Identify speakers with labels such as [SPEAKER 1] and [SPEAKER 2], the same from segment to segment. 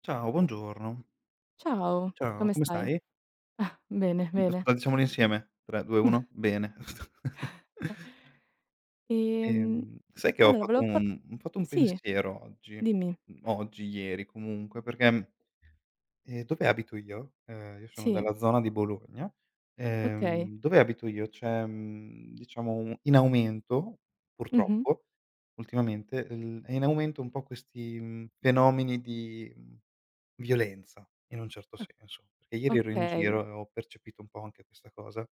[SPEAKER 1] Ciao, buongiorno.
[SPEAKER 2] Ciao,
[SPEAKER 1] Ciao,
[SPEAKER 2] come
[SPEAKER 1] come
[SPEAKER 2] stai?
[SPEAKER 1] stai?
[SPEAKER 2] Ah, bene,
[SPEAKER 1] Mhmm,
[SPEAKER 2] bene.
[SPEAKER 1] Aspetta, diciamolo insieme. 3, 2, 1. Bene.
[SPEAKER 2] Ehm,
[SPEAKER 1] Sai che
[SPEAKER 2] allora volevo par
[SPEAKER 1] ho fatto un
[SPEAKER 2] Sì,
[SPEAKER 1] pensiero oggi,
[SPEAKER 2] dimmi.
[SPEAKER 1] oggi, ieri comunque, perché, dove abito io sono
[SPEAKER 2] Sì,
[SPEAKER 1] della zona di Bologna,
[SPEAKER 2] okay.
[SPEAKER 1] dove abito io c'è, diciamo, un in aumento,
[SPEAKER 2] Mh-mh.
[SPEAKER 1] purtroppo, ultimamente, l è in aumento un po' questi, fenomeni di, mhmm violenza, in un certo
[SPEAKER 2] O
[SPEAKER 1] senso, perché ieri ero in
[SPEAKER 2] okay.
[SPEAKER 1] giro e ho percepito un po' anche questa cosa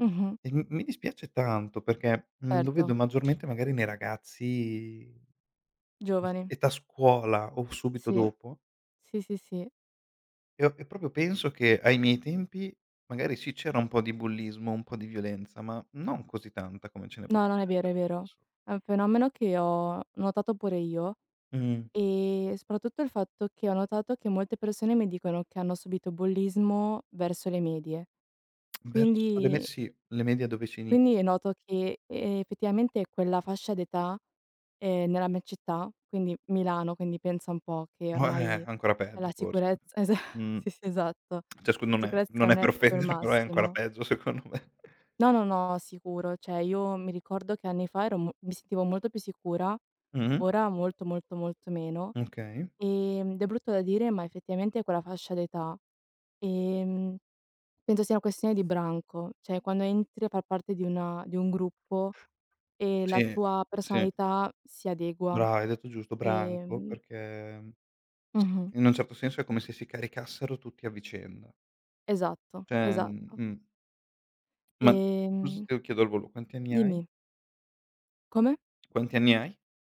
[SPEAKER 2] Mh-mh.
[SPEAKER 1] e m mi dispiace tanto perché, lo
[SPEAKER 2] Certo,
[SPEAKER 1] vedo maggiormente magari nei ragazzi, non so,
[SPEAKER 2] giovani.
[SPEAKER 1] età scuola o subito
[SPEAKER 2] Sì,
[SPEAKER 1] dopo
[SPEAKER 2] sì, sì, sì.
[SPEAKER 1] e proprio penso che ai miei tempi magari sì, c'era un po' di bullismo, un po' di violenza, ma non così tanta come ce ne
[SPEAKER 2] No, non
[SPEAKER 1] potrebbe
[SPEAKER 2] è vero, è
[SPEAKER 1] essere
[SPEAKER 2] vero.
[SPEAKER 1] adesso.
[SPEAKER 2] È un fenomeno che ho notato pure io,
[SPEAKER 1] Mh,
[SPEAKER 2] e soprattutto il fatto che ho notato che molte persone mi dicono che hanno subito bullismo verso le medie.
[SPEAKER 1] verso le me
[SPEAKER 2] Quindi
[SPEAKER 1] sì, le medie dove si
[SPEAKER 2] quindi
[SPEAKER 1] inizia.
[SPEAKER 2] noto che effettivamente quella fascia d'età. Nella mia città, quindi Milano, quindi pensa un po' che ormai
[SPEAKER 1] Ancora peggio
[SPEAKER 2] la
[SPEAKER 1] forse.
[SPEAKER 2] sicurezza esa
[SPEAKER 1] Mh.
[SPEAKER 2] sì, sì, esatto.
[SPEAKER 1] Cioè scu non è
[SPEAKER 2] Sicurezza non è
[SPEAKER 1] per
[SPEAKER 2] proprio il
[SPEAKER 1] offendere, però è ancora
[SPEAKER 2] massimo.
[SPEAKER 1] peggio secondo me.
[SPEAKER 2] No, no, no, sicuro. Cioè io mi ricordo che anni fa ero mo mi sentivo molto più sicura,
[SPEAKER 1] Mh-mh.
[SPEAKER 2] ora molto, molto, molto meno.
[SPEAKER 1] Okay.
[SPEAKER 2] Ed è brutto da dire, ma effettivamente è quella fascia d'età. ehm, Penso sia una questione di branco, cioè quando entri a far parte di una di un gruppo e la
[SPEAKER 1] Sì,
[SPEAKER 2] tua
[SPEAKER 1] sì.
[SPEAKER 2] personalità si adegua.
[SPEAKER 1] Brava, hai detto giusto, branco,
[SPEAKER 2] ehm
[SPEAKER 1] perché, sì,
[SPEAKER 2] Mh-mh.
[SPEAKER 1] in un certo senso è come se si caricassero tutti a vicenda.
[SPEAKER 2] Esatto,
[SPEAKER 1] Cioè,
[SPEAKER 2] esatto.
[SPEAKER 1] ma scusa se
[SPEAKER 2] Ehm
[SPEAKER 1] te lo chiedo al volo, quanti anni hai?
[SPEAKER 2] Dimmi. Come?
[SPEAKER 1] Quanti anni hai?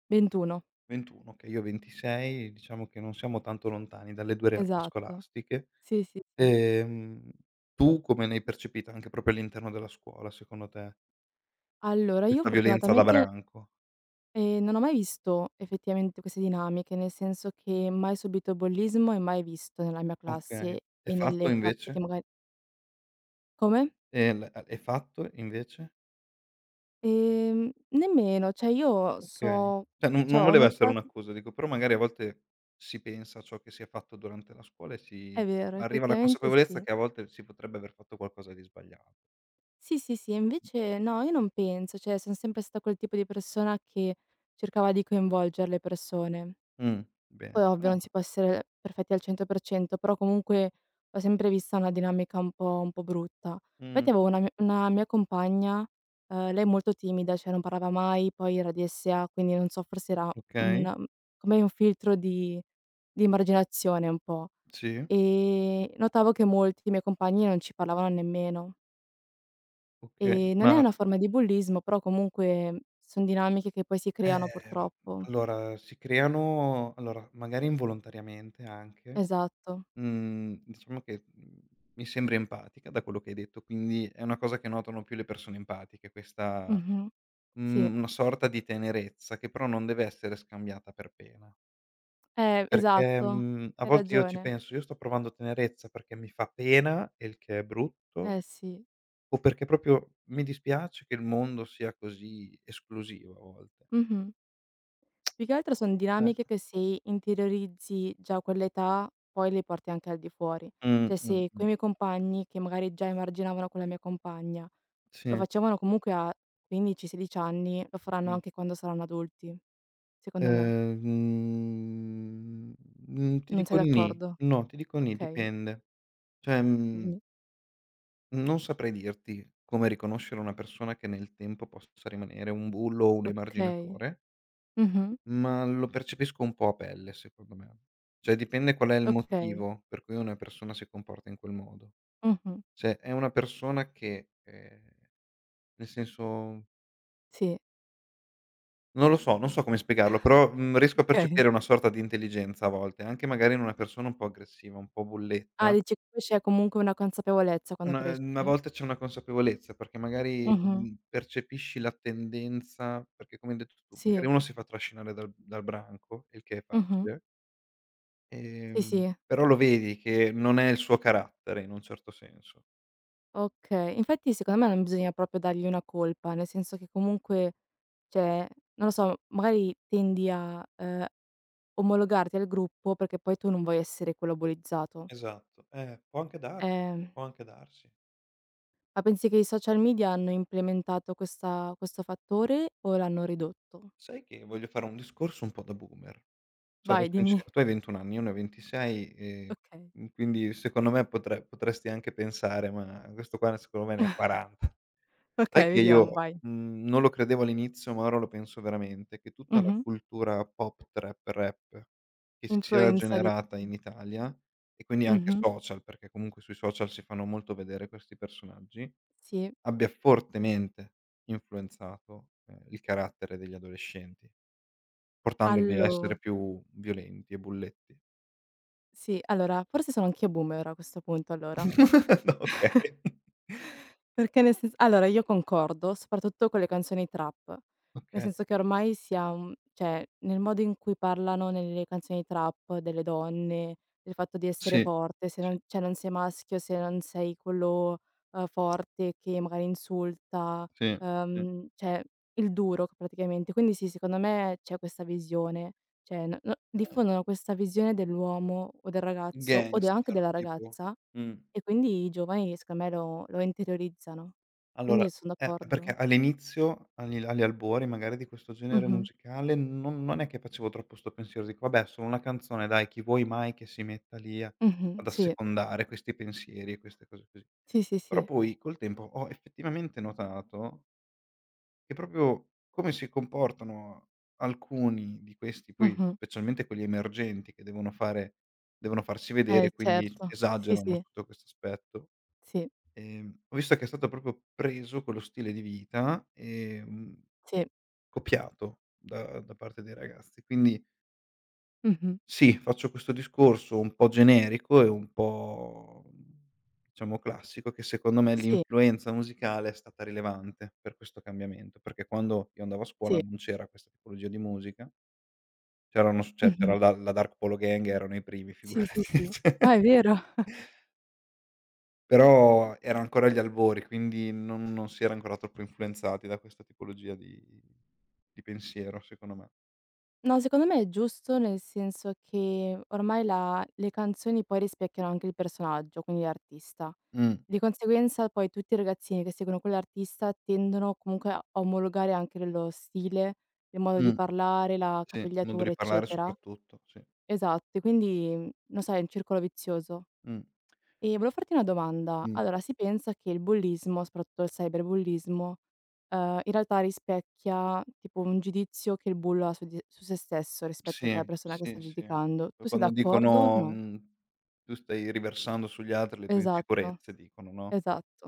[SPEAKER 2] 21,
[SPEAKER 1] 21, okay, io ho 26, diciamo che non siamo tanto lontani dalle 2 realtà
[SPEAKER 2] esatto.
[SPEAKER 1] scolastiche.
[SPEAKER 2] Sì, sì, sì.
[SPEAKER 1] Ehm, Tu come l'hai percepita anche proprio all'interno della scuola secondo te,
[SPEAKER 2] Allora io
[SPEAKER 1] questa violenza da
[SPEAKER 2] fortunatamente,
[SPEAKER 1] branco?
[SPEAKER 2] non ho mai visto effettivamente queste dinamiche, nel senso che mai subito bullismo e mai visto nella mia
[SPEAKER 1] Okay.
[SPEAKER 2] classe
[SPEAKER 1] E
[SPEAKER 2] e
[SPEAKER 1] fatto
[SPEAKER 2] nelle classi che
[SPEAKER 1] invece?
[SPEAKER 2] magari, come?
[SPEAKER 1] E l a e fatto invece?
[SPEAKER 2] Nemmeno, cioè io
[SPEAKER 1] Okay.
[SPEAKER 2] so
[SPEAKER 1] Cioè non
[SPEAKER 2] cioè
[SPEAKER 1] non
[SPEAKER 2] ho
[SPEAKER 1] voleva essere
[SPEAKER 2] nota
[SPEAKER 1] un'accusa, dico, però magari a volte si pensa a ciò che si è fatto durante la scuola e si
[SPEAKER 2] è vero,
[SPEAKER 1] arriva alla
[SPEAKER 2] effettivamente
[SPEAKER 1] consapevolezza
[SPEAKER 2] sì.
[SPEAKER 1] che a volte si potrebbe aver fatto qualcosa di sbagliato.
[SPEAKER 2] Sì, sì, sì, e invece no, io non penso, cioè son sempre stata quel tipo di persona che cercava di coinvolgere le persone.
[SPEAKER 1] Mh,
[SPEAKER 2] Poi
[SPEAKER 1] bene,
[SPEAKER 2] ovvio non
[SPEAKER 1] brava.
[SPEAKER 2] si può essere perfetti al 100%, però comunque ho sempre vista una dinamica un po' brutta.
[SPEAKER 1] Mh,
[SPEAKER 2] Infatti avevo una mia compagna, lei è molto timida, cioè non parlava mai, poi era DSA, quindi non so, forse era
[SPEAKER 1] okay,
[SPEAKER 2] un come un filtro di emarginazione un po'.
[SPEAKER 1] sì,
[SPEAKER 2] Notavo che molti miei compagni non ci parlavano nemmeno.
[SPEAKER 1] okay.
[SPEAKER 2] Non è
[SPEAKER 1] Ma,
[SPEAKER 2] una forma di bullismo, però comunque son dinamiche che poi si creano
[SPEAKER 1] ehm,
[SPEAKER 2] purtroppo.
[SPEAKER 1] allora si creano, allora magari involontariamente anche.
[SPEAKER 2] Esatto.
[SPEAKER 1] Diciamo che, mi sembri empatica da quello che hai detto, quindi è una cosa che notano più le persone empatiche, questa,
[SPEAKER 2] Mh-mh. Sì.
[SPEAKER 1] una sorta di tenerezza che però non deve essere scambiata per pena. Perché,
[SPEAKER 2] Esatto.
[SPEAKER 1] a
[SPEAKER 2] Hai
[SPEAKER 1] volte io ci
[SPEAKER 2] ragione.
[SPEAKER 1] penso: "Io sto provando tenerezza perché mi fa pena e il che è brutto,
[SPEAKER 2] Eh sì.
[SPEAKER 1] o perché proprio mi dispiace che il mondo sia così esclusivo a volte."
[SPEAKER 2] Mh-mh. Più che altro son
[SPEAKER 1] Eh.
[SPEAKER 2] dinamiche che se interiorizzi già a quell'età, poi le porti anche al di fuori.
[SPEAKER 1] Mh,
[SPEAKER 2] Cioè
[SPEAKER 1] mh,
[SPEAKER 2] se
[SPEAKER 1] mh.
[SPEAKER 2] coi miei compagni, che magari già emarginavano con la mia compagna, lo
[SPEAKER 1] Sì.
[SPEAKER 2] facevano comunque a 15, 16 anni, lo faranno
[SPEAKER 1] Mh.
[SPEAKER 2] anche quando saranno adulti, secondo me.
[SPEAKER 1] Ehm, Ti
[SPEAKER 2] Non
[SPEAKER 1] dico
[SPEAKER 2] sei
[SPEAKER 1] nì.
[SPEAKER 2] d'accordo?
[SPEAKER 1] No, ti dico nì,
[SPEAKER 2] Okay,
[SPEAKER 1] dipende. Cioè,
[SPEAKER 2] dimmi.
[SPEAKER 1] non saprei dirti come riconoscere una persona che nel tempo possa rimanere un bullo o un
[SPEAKER 2] Okay.
[SPEAKER 1] emarginatore,
[SPEAKER 2] Mh-mh.
[SPEAKER 1] ma lo percepisco un po' a pelle secondo me. Cioè dipende qual è il
[SPEAKER 2] Okay.
[SPEAKER 1] motivo per cui una persona si comporta in quel modo.
[SPEAKER 2] Mh-mh.
[SPEAKER 1] Se è una persona che, nel senso,
[SPEAKER 2] Sì.
[SPEAKER 1] non lo so, non so come spiegarlo, però, riesco a
[SPEAKER 2] Okay.
[SPEAKER 1] percepire una sorta di intelligenza a volte, anche magari in una persona un po' aggressiva, un po'
[SPEAKER 2] Ah,
[SPEAKER 1] bulletta.
[SPEAKER 2] dici che poi c'è comunque una consapevolezza quando
[SPEAKER 1] Una, a
[SPEAKER 2] cresci?
[SPEAKER 1] volte c'è una consapevolezza, perché magari,
[SPEAKER 2] Mh-mh.
[SPEAKER 1] percepisci la tendenza perché, come hai detto tu, magari
[SPEAKER 2] Sì.
[SPEAKER 1] uno si fa trascinare dal branco, il che è
[SPEAKER 2] Mh-mh.
[SPEAKER 1] facile,
[SPEAKER 2] Sì,
[SPEAKER 1] ehm,
[SPEAKER 2] sì.
[SPEAKER 1] però lo vedi che non è il suo carattere in un certo senso.
[SPEAKER 2] Okay. Infatti secondo me non bisogna proprio dargli una colpa, nel senso che comunque, cioè, non lo so, magari tendi a omologarti al gruppo, perché poi tu non vuoi essere quello bullizzato.
[SPEAKER 1] Esatto, può anche darsi,
[SPEAKER 2] Ehm,
[SPEAKER 1] può anche darsi.
[SPEAKER 2] ma pensi che i social media hanno implementato questa questo fattore o l'hanno ridotto?
[SPEAKER 1] Sai che voglio fare un discorso un po' da boomer. Sarò
[SPEAKER 2] Vai,
[SPEAKER 1] sincer
[SPEAKER 2] dimmi.
[SPEAKER 1] Tu hai 21 anni, io ne ho 26,
[SPEAKER 2] Okay.
[SPEAKER 1] quindi secondo me potresti anche pensare: "Ma questo qua secondo me ne ha 40". Sai
[SPEAKER 2] Okay,
[SPEAKER 1] che
[SPEAKER 2] vediamo,
[SPEAKER 1] io,
[SPEAKER 2] vai.
[SPEAKER 1] non lo credevo all'inizio, ma ora lo penso veramente, che tutta la
[SPEAKER 2] Mh-mh.
[SPEAKER 1] cultura pop, trap, rap che si sia
[SPEAKER 2] Influenza di.
[SPEAKER 1] generata in Italia, e quindi anche
[SPEAKER 2] Mh-mh.
[SPEAKER 1] social, perché comunque sui social si fanno molto vedere questi personaggi,
[SPEAKER 2] Sì.
[SPEAKER 1] abbia fortemente influenzato, il carattere degli adolescenti, portandoli a
[SPEAKER 2] Allo
[SPEAKER 1] essere più violenti e bulletti.
[SPEAKER 2] Sì, allora, forse sono anch'io boomer a questo punto, allora.
[SPEAKER 1] Okay.
[SPEAKER 2] Perché nel sens allora io concordo, soprattutto con le canzoni trap, nel
[SPEAKER 1] Okay.
[SPEAKER 2] senso che ormai siam cioè nel modo in cui parlano nelle canzoni trap delle donne, del fatto di essere
[SPEAKER 1] Sì.
[SPEAKER 2] forte, se
[SPEAKER 1] Sì,
[SPEAKER 2] non cioè non sei maschio, se non sei quello, forte che magari insulta,
[SPEAKER 1] sì, sì.
[SPEAKER 2] cioè il duro c praticamente. Quindi sì, secondo me c'è questa visione, cioè n no
[SPEAKER 1] Eh.
[SPEAKER 2] diffondono questa visione dell'uomo o del ragazzo o de anche
[SPEAKER 1] Gangster
[SPEAKER 2] della
[SPEAKER 1] tipo.
[SPEAKER 2] ragazza,
[SPEAKER 1] Mh.
[SPEAKER 2] e quindi i giovani secondo me lo interiorizzano.
[SPEAKER 1] Allora,
[SPEAKER 2] Quindi son
[SPEAKER 1] perché
[SPEAKER 2] d'accordo.
[SPEAKER 1] all'inizio, agli albori magari di questo genere
[SPEAKER 2] Mh-mh.
[SPEAKER 1] musicale, non non è che facevo troppo 'sto pensiero, dico: "Vabbè, solo una canzone dai, chi vuoi mai che si metta lì a
[SPEAKER 2] Mh-mh.
[SPEAKER 1] ad
[SPEAKER 2] Sì.
[SPEAKER 1] assecondare questi pensieri e queste cose così."
[SPEAKER 2] Sì, sì,
[SPEAKER 1] Però
[SPEAKER 2] sì.
[SPEAKER 1] poi col tempo ho effettivamente notato. E proprio come si comportano alcuni di questi, poi
[SPEAKER 2] Mh-mh.
[SPEAKER 1] specialmente quelli emergenti che devono farsi vedere, quindi
[SPEAKER 2] Certo. Sì,
[SPEAKER 1] esagerano
[SPEAKER 2] sì.
[SPEAKER 1] sotto questo aspetto.
[SPEAKER 2] Sì,
[SPEAKER 1] Ho visto che è stato proprio preso quello stile di vita e,
[SPEAKER 2] sì.
[SPEAKER 1] copiato da parte dei ragazzi, quindi
[SPEAKER 2] Mh-mh.
[SPEAKER 1] sì, faccio questo discorso un po' generico e un po', diciamo, classico, che secondo me
[SPEAKER 2] Sì,
[SPEAKER 1] l'influenza musicale è stata rilevante per questo cambiamento, perché quando io andavo a scuola
[SPEAKER 2] sì.
[SPEAKER 1] non c'era questa tipologia di musica, c'erano s cioè
[SPEAKER 2] Mh-mh.
[SPEAKER 1] c'era la Dark Polo Gang, erano i primi
[SPEAKER 2] Sì, sì,
[SPEAKER 1] figurati,
[SPEAKER 2] sì.
[SPEAKER 1] cioè
[SPEAKER 2] Ah, è vero.
[SPEAKER 1] però era ancora agli albori, quindi non non si era ancora troppo influenzati da questa tipologia di pensiero secondo me.
[SPEAKER 2] No, secondo me è giusto, nel senso che ormai la le canzoni poi rispecchiano anche il personaggio, quindi l'artista.
[SPEAKER 1] Mh,
[SPEAKER 2] Di conseguenza poi tutti i ragazzini che seguono quell'artista tendono comunque a omologare anche il lo stile, il modo di
[SPEAKER 1] mh.
[SPEAKER 2] parlare, la
[SPEAKER 1] Sì, modo
[SPEAKER 2] capigliatura,
[SPEAKER 1] di parlare
[SPEAKER 2] eccetera.
[SPEAKER 1] soprattutto, sì.
[SPEAKER 2] Esatto, e quindi, non so, è un circolo vizioso.
[SPEAKER 1] Mh,
[SPEAKER 2] E volevo farti una domanda:
[SPEAKER 1] mh.
[SPEAKER 2] allora, si pensa che il bullismo, soprattutto il cyberbullismo, in realtà rispecchia tipo un giudizio che il bullo ha su se stesso rispetto che alla
[SPEAKER 1] Sì,
[SPEAKER 2] persona che
[SPEAKER 1] sì,
[SPEAKER 2] sta
[SPEAKER 1] sì.
[SPEAKER 2] giudicando.
[SPEAKER 1] Poi
[SPEAKER 2] Tu sei
[SPEAKER 1] quando
[SPEAKER 2] d'accordo o
[SPEAKER 1] dicono,
[SPEAKER 2] no?
[SPEAKER 1] mhmm: "Tu stai riversando sugli altri le tue
[SPEAKER 2] Esatto,
[SPEAKER 1] insicurezze", dicono, no.
[SPEAKER 2] esatto.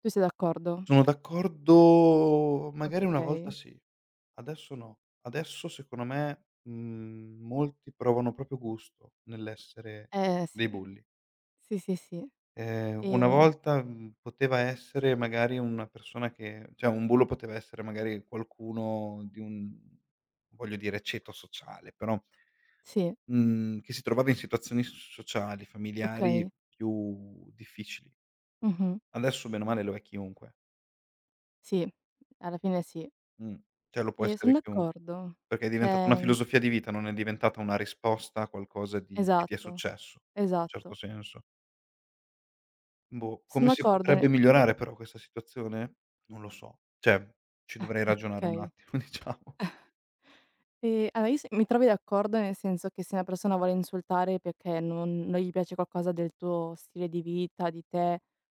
[SPEAKER 2] Tu sei d'accordo?
[SPEAKER 1] Sono d'accordo magari una volta
[SPEAKER 2] Okay.
[SPEAKER 1] sì, adesso no. Adesso secondo me, molti provano proprio gusto nell'essere
[SPEAKER 2] Eh
[SPEAKER 1] dei
[SPEAKER 2] sì,
[SPEAKER 1] bulli.
[SPEAKER 2] sì, sì, sì.
[SPEAKER 1] Una
[SPEAKER 2] Ehm,
[SPEAKER 1] volta, poteva essere magari una persona che, cioè, un bullo poteva essere magari qualcuno di un, voglio dire, ceto sociale, però,
[SPEAKER 2] sì,
[SPEAKER 1] Mhmm, che si trovava in situazioni s sociali, familiari
[SPEAKER 2] okay.
[SPEAKER 1] più difficili.
[SPEAKER 2] Mh-mh.
[SPEAKER 1] Adesso bene o male lo è chiunque.
[SPEAKER 2] Sì, alla fine sì.
[SPEAKER 1] Mh. Cioè lo può
[SPEAKER 2] E
[SPEAKER 1] essere
[SPEAKER 2] son
[SPEAKER 1] chiun
[SPEAKER 2] d'accordo.
[SPEAKER 1] perché è diventata una
[SPEAKER 2] Cioè
[SPEAKER 1] filosofia di vita, non è diventata una risposta a qualcosa di che ti è
[SPEAKER 2] esatto,
[SPEAKER 1] successo, in certo
[SPEAKER 2] esatto.
[SPEAKER 1] senso. Boh,
[SPEAKER 2] Son
[SPEAKER 1] come si
[SPEAKER 2] d'accordo
[SPEAKER 1] potrebbe
[SPEAKER 2] ne
[SPEAKER 1] migliorare però questa situazione? Non lo so. Cioè, ci dovrei ragionare un
[SPEAKER 2] Okay.
[SPEAKER 1] attimo diciamo.
[SPEAKER 2] Allora io s mi trovi d'accordo nel senso che se una persona vuole insultare perché non gli piace qualcosa del tuo stile di vita, di te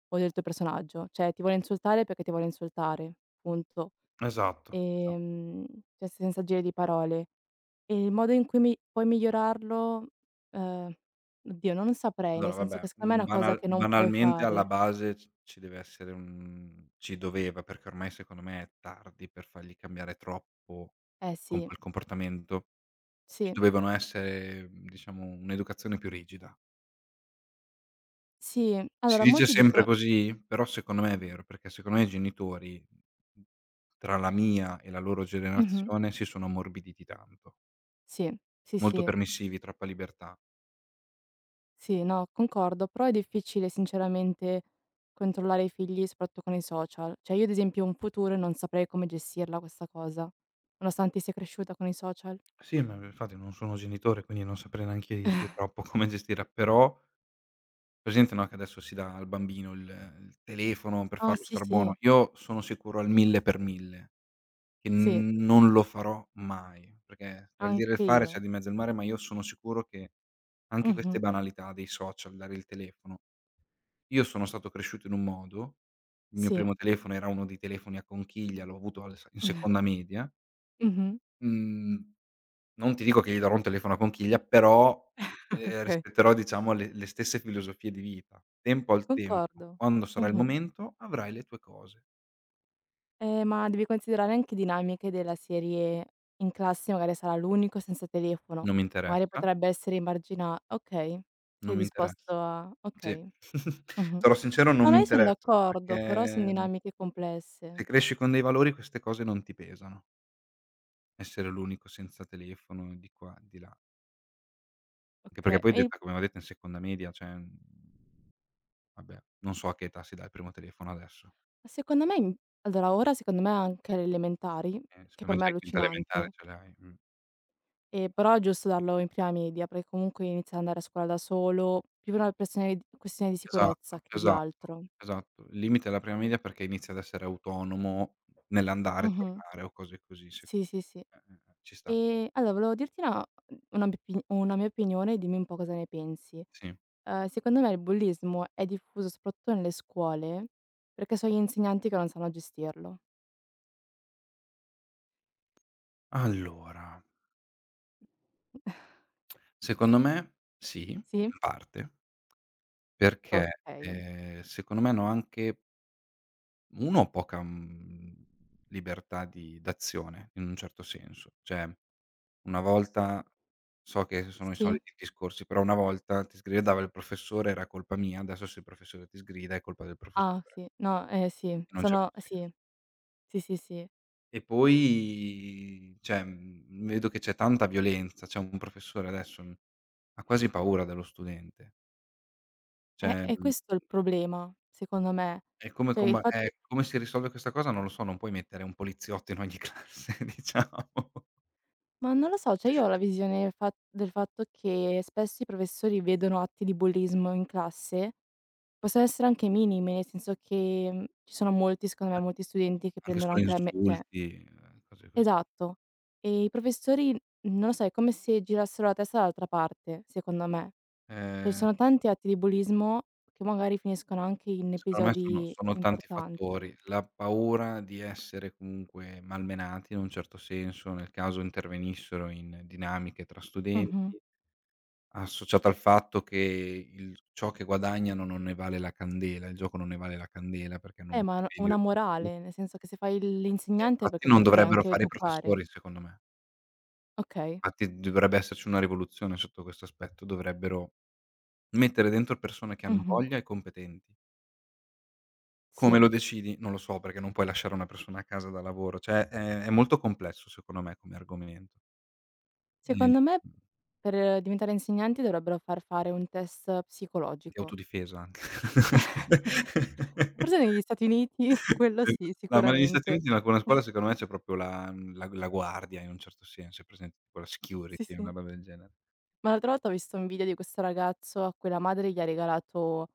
[SPEAKER 2] o del tuo personaggio, cioè ti vuole insultare perché ti vuole insultare, punto.
[SPEAKER 1] Esatto, esatto.
[SPEAKER 2] Ehm, cioè senza giri di parole. E il modo in cui mi puoi migliorarlo, ehm, oddio non saprei,
[SPEAKER 1] Allora,
[SPEAKER 2] nel senso che
[SPEAKER 1] vabbè,
[SPEAKER 2] secondo me è una cosa che non puoi
[SPEAKER 1] banalmente alla
[SPEAKER 2] fare.
[SPEAKER 1] base c ci deve essere un, ci doveva, perché ormai secondo me è tardi per fargli cambiare troppo
[SPEAKER 2] Eh
[SPEAKER 1] con
[SPEAKER 2] sì,
[SPEAKER 1] quel comportamento. Ci
[SPEAKER 2] sì,
[SPEAKER 1] dovevano essere, diciamo, un'educazione più rigida.
[SPEAKER 2] sì.
[SPEAKER 1] Si
[SPEAKER 2] Allora
[SPEAKER 1] dice
[SPEAKER 2] molti
[SPEAKER 1] sempre
[SPEAKER 2] dico
[SPEAKER 1] così, però secondo me è vero, perché secondo me i genitori, tra la mia e la loro
[SPEAKER 2] Mh-mh,
[SPEAKER 1] generazione, si sono ammorbiditi tanto.
[SPEAKER 2] sì, sì,
[SPEAKER 1] Molto
[SPEAKER 2] sì,
[SPEAKER 1] permissivi, troppa libertà.
[SPEAKER 2] sì, no, concordo, però è difficile sinceramente controllare i figli, soprattutto con i social. Cioè io ad esempio in futuro non saprei come gestirla questa cosa, nonostante sia cresciuta con i social.
[SPEAKER 1] Sì, ma infatti non sono genitore, quindi non saprei neanche dirti troppo come gestirla, però presente, no, che adesso si dà al bambino il telefono per
[SPEAKER 2] Ah
[SPEAKER 1] farlo
[SPEAKER 2] sì,
[SPEAKER 1] star buono.
[SPEAKER 2] sì,
[SPEAKER 1] Io sono sicuro al 1000 per 1000 che
[SPEAKER 2] sì,
[SPEAKER 1] non lo farò mai, perché tra il dire e il
[SPEAKER 2] anche
[SPEAKER 1] fare c'è
[SPEAKER 2] io.
[SPEAKER 1] di mezzo il mare, ma io sono sicuro che anche queste
[SPEAKER 2] Mh-mh,
[SPEAKER 1] banalità dei social, dare il telefono, io sono stato cresciuto in un modo, il mio
[SPEAKER 2] sì.
[SPEAKER 1] primo telefono era uno dei telefoni a conchiglia, l'ho avuto al s in seconda media,
[SPEAKER 2] Mh-mh,
[SPEAKER 1] mhmm non ti dico che gli darò un telefono a conchiglia, però,
[SPEAKER 2] okay.
[SPEAKER 1] rispetterò, diciamo, le stesse filosofie di vita. Tempo al tempo,
[SPEAKER 2] Concordo.
[SPEAKER 1] quando sarà il
[SPEAKER 2] Mh-mh.
[SPEAKER 1] momento avrai le tue cose.
[SPEAKER 2] Ma devi considerare anche dinamiche della serie: in classe magari sarà l'unico senza telefono,
[SPEAKER 1] Non mi
[SPEAKER 2] magari
[SPEAKER 1] interessa,
[SPEAKER 2] potrebbe essere emargina okay,
[SPEAKER 1] non
[SPEAKER 2] sei
[SPEAKER 1] mi
[SPEAKER 2] disposto
[SPEAKER 1] interessa.
[SPEAKER 2] a
[SPEAKER 1] Sì.
[SPEAKER 2] okay. Mh-mh.
[SPEAKER 1] Sarò sincero, non
[SPEAKER 2] No,
[SPEAKER 1] mi
[SPEAKER 2] no, io son
[SPEAKER 1] interessa,
[SPEAKER 2] d'accordo, però son
[SPEAKER 1] perché,
[SPEAKER 2] dinamiche
[SPEAKER 1] se
[SPEAKER 2] complesse.
[SPEAKER 1] cresci con dei valori queste cose non ti pesano. Essere l'unico senza telefono, di qua, di là. Anche perché
[SPEAKER 2] Okay,
[SPEAKER 1] poi
[SPEAKER 2] e il
[SPEAKER 1] detta come va detta in seconda media, cioè, vabbè, non so a che età si dà il primo telefono adesso.
[SPEAKER 2] secondo me in allora ora secondo me anche alle elementari, che
[SPEAKER 1] Secondo
[SPEAKER 2] per
[SPEAKER 1] me
[SPEAKER 2] me
[SPEAKER 1] già
[SPEAKER 2] è
[SPEAKER 1] in quinta elementare
[SPEAKER 2] allucinante,
[SPEAKER 1] ce l'hai.
[SPEAKER 2] però è giusto darlo in prima media, perché comunque inizia ad andare a scuola da solo, più per una persone questione di sicurezza
[SPEAKER 1] Esatto,
[SPEAKER 2] che di
[SPEAKER 1] esatto,
[SPEAKER 2] altro.
[SPEAKER 1] esatto. Il limite è la prima media perché inizia ad essere autonomo nell'andare e
[SPEAKER 2] Mh-mh.
[SPEAKER 1] tornare o cose così, se
[SPEAKER 2] Sì, sì, sì.
[SPEAKER 1] ci sta,
[SPEAKER 2] Allora volevo dirti una mia opinione, dimmi un po' cosa ne pensi.
[SPEAKER 1] sì.
[SPEAKER 2] Secondo me il bullismo è diffuso soprattutto nelle scuole, perché sono gli insegnanti che non sanno gestirlo.
[SPEAKER 1] Allora, secondo me sì, in
[SPEAKER 2] Sì?
[SPEAKER 1] parte, perché,
[SPEAKER 2] Okay.
[SPEAKER 1] secondo me hanno anche 1 poca, libertà di d'azione in un certo senso. Cioè, una volta, so che sono i
[SPEAKER 2] Sì.
[SPEAKER 1] soliti discorsi, però una volta ti sgridava il professore, era colpa mia, adesso se il professore ti sgrida è colpa del
[SPEAKER 2] Ah,
[SPEAKER 1] professore.
[SPEAKER 2] sì. No, sì.
[SPEAKER 1] In un certo
[SPEAKER 2] Sono Sì,
[SPEAKER 1] senso.
[SPEAKER 2] sì, sì, sì.
[SPEAKER 1] E poi, cioè, vedo che c'è tanta violenza, c'è un professore adesso, ha quasi paura dello studente. Cioè,
[SPEAKER 2] È questo il problema, secondo me.
[SPEAKER 1] è
[SPEAKER 2] Cioè il fatto
[SPEAKER 1] come si risolve questa cosa non lo so, non puoi mettere un poliziotto in ogni classe, diciamo.
[SPEAKER 2] Ma non lo so, cioè io ho la visione del fatto che spesso i professori vedono atti di bullismo in classe. Possono essere anche minimi, nel senso che, ci sono molti secondo me,
[SPEAKER 1] An
[SPEAKER 2] molti studenti che
[SPEAKER 1] Anche
[SPEAKER 2] prendono
[SPEAKER 1] solo
[SPEAKER 2] anche la me cioè
[SPEAKER 1] insulti, cose così.
[SPEAKER 2] esatto. E i professori, non lo so, è come se girassero la testa dall'altra parte, secondo me. Cioè ci
[SPEAKER 1] Ehm,
[SPEAKER 2] sono tanti atti di bullismo che magari finiscono anche in
[SPEAKER 1] Secondo me sono
[SPEAKER 2] episodi
[SPEAKER 1] sono tanti
[SPEAKER 2] importanti.
[SPEAKER 1] fattori. La paura di essere comunque malmenati in un certo senso, nel caso intervenissero in dinamiche tra studenti,
[SPEAKER 2] Mh-mh.
[SPEAKER 1] associata al fatto che il, ciò che guadagnano non ne vale la candela, il gioco non ne vale la candela perché non
[SPEAKER 2] Ma n una morale, nel senso che se fai
[SPEAKER 1] e
[SPEAKER 2] l'insegnante è
[SPEAKER 1] infatti
[SPEAKER 2] perché
[SPEAKER 1] non
[SPEAKER 2] tu vuoi
[SPEAKER 1] dovrebbero
[SPEAKER 2] anche
[SPEAKER 1] fare i
[SPEAKER 2] educare.
[SPEAKER 1] professori secondo me.
[SPEAKER 2] Okay.
[SPEAKER 1] Infatti dovrebbe esserci una rivoluzione sotto questo aspetto, dovrebbero mettere dentro persone che hanno
[SPEAKER 2] Mh-mh.
[SPEAKER 1] voglia e competenti. Come
[SPEAKER 2] Sì.
[SPEAKER 1] lo decidi? Non lo so, perché non puoi lasciare una persona a casa da lavoro, cioè è molto complesso secondo me come argomento, ehm,
[SPEAKER 2] Secondo me, per diventare insegnanti dovrebbero far fare un test
[SPEAKER 1] di
[SPEAKER 2] psicologico.
[SPEAKER 1] autodifesa anche.
[SPEAKER 2] Forse negli Stati Uniti, quello sì,
[SPEAKER 1] No, ma negli Stati
[SPEAKER 2] sicuramente.
[SPEAKER 1] Uniti no, con la scuola secondo me c'è proprio la mhmm, la la guardia in un certo senso, è presente tipo la
[SPEAKER 2] Sì,
[SPEAKER 1] security, una
[SPEAKER 2] sì.
[SPEAKER 1] roba del genere.
[SPEAKER 2] Ma l'altra volta ho visto un video di questo ragazzo a cui la madre gli ha regalato,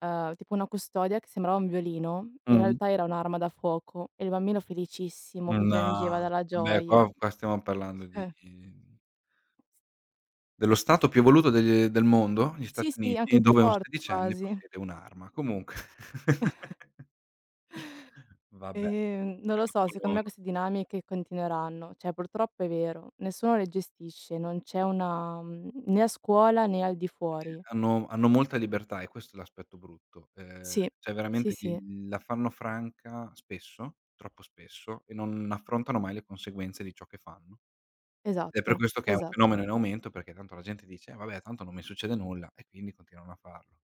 [SPEAKER 2] tipo una custodia che sembrava un violino, in
[SPEAKER 1] Mh.
[SPEAKER 2] realtà era un'arma da fuoco, e il bambino felicissimo che
[SPEAKER 1] No,
[SPEAKER 2] piangeva dalla
[SPEAKER 1] vabbè, qua
[SPEAKER 2] gioia.
[SPEAKER 1] qua stiamo parlando di
[SPEAKER 2] Cioè,
[SPEAKER 1] dello
[SPEAKER 2] s
[SPEAKER 1] stato più evoluto de del mondo, gli Stati
[SPEAKER 2] sì, sì,
[SPEAKER 1] Uniti,
[SPEAKER 2] anche più
[SPEAKER 1] dove un
[SPEAKER 2] forte
[SPEAKER 1] sedicenne
[SPEAKER 2] quasi.
[SPEAKER 1] possiede un'arma. Comunque vabbè,
[SPEAKER 2] Non
[SPEAKER 1] che
[SPEAKER 2] lo so, secondo
[SPEAKER 1] non sono
[SPEAKER 2] me queste dinamiche continueranno. Cioè, purtroppo è vero, nessuno le gestisce, non c'è né a scuola né al di fuori.
[SPEAKER 1] hanno molta libertà e questo è l'aspetto brutto.
[SPEAKER 2] Sì,
[SPEAKER 1] Cioè
[SPEAKER 2] sì,
[SPEAKER 1] veramente
[SPEAKER 2] sì.
[SPEAKER 1] gli la fanno franca spesso, troppo spesso, e non affrontano mai le conseguenze di ciò che fanno. Ed è per
[SPEAKER 2] Esatto,
[SPEAKER 1] questo che è un fenomeno
[SPEAKER 2] esatto,
[SPEAKER 1] in aumento, perché tanto la gente dice: "Eh vabbè, tanto non mi succede nulla" e quindi continuano a farlo.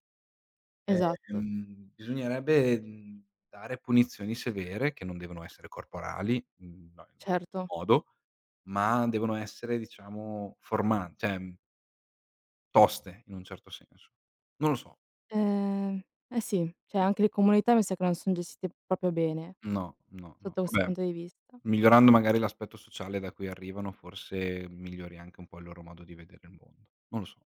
[SPEAKER 2] esatto,
[SPEAKER 1] Bisognerebbe, dare punizioni severe, che non devono essere corporali, no in alcun
[SPEAKER 2] certo.
[SPEAKER 1] modo, ma devono essere, diciamo, forman cioè, toste in un certo senso. Non lo so.
[SPEAKER 2] Ehm, eh sì, cioè anche le comunità mi sa che non son gestite proprio bene,
[SPEAKER 1] No, no, no.
[SPEAKER 2] sotto questo
[SPEAKER 1] Vabbè,
[SPEAKER 2] punto di vista.
[SPEAKER 1] migliorando magari l'aspetto sociale da cui arrivano, forse migliori anche un po' il loro modo di vedere il mondo. Non lo so.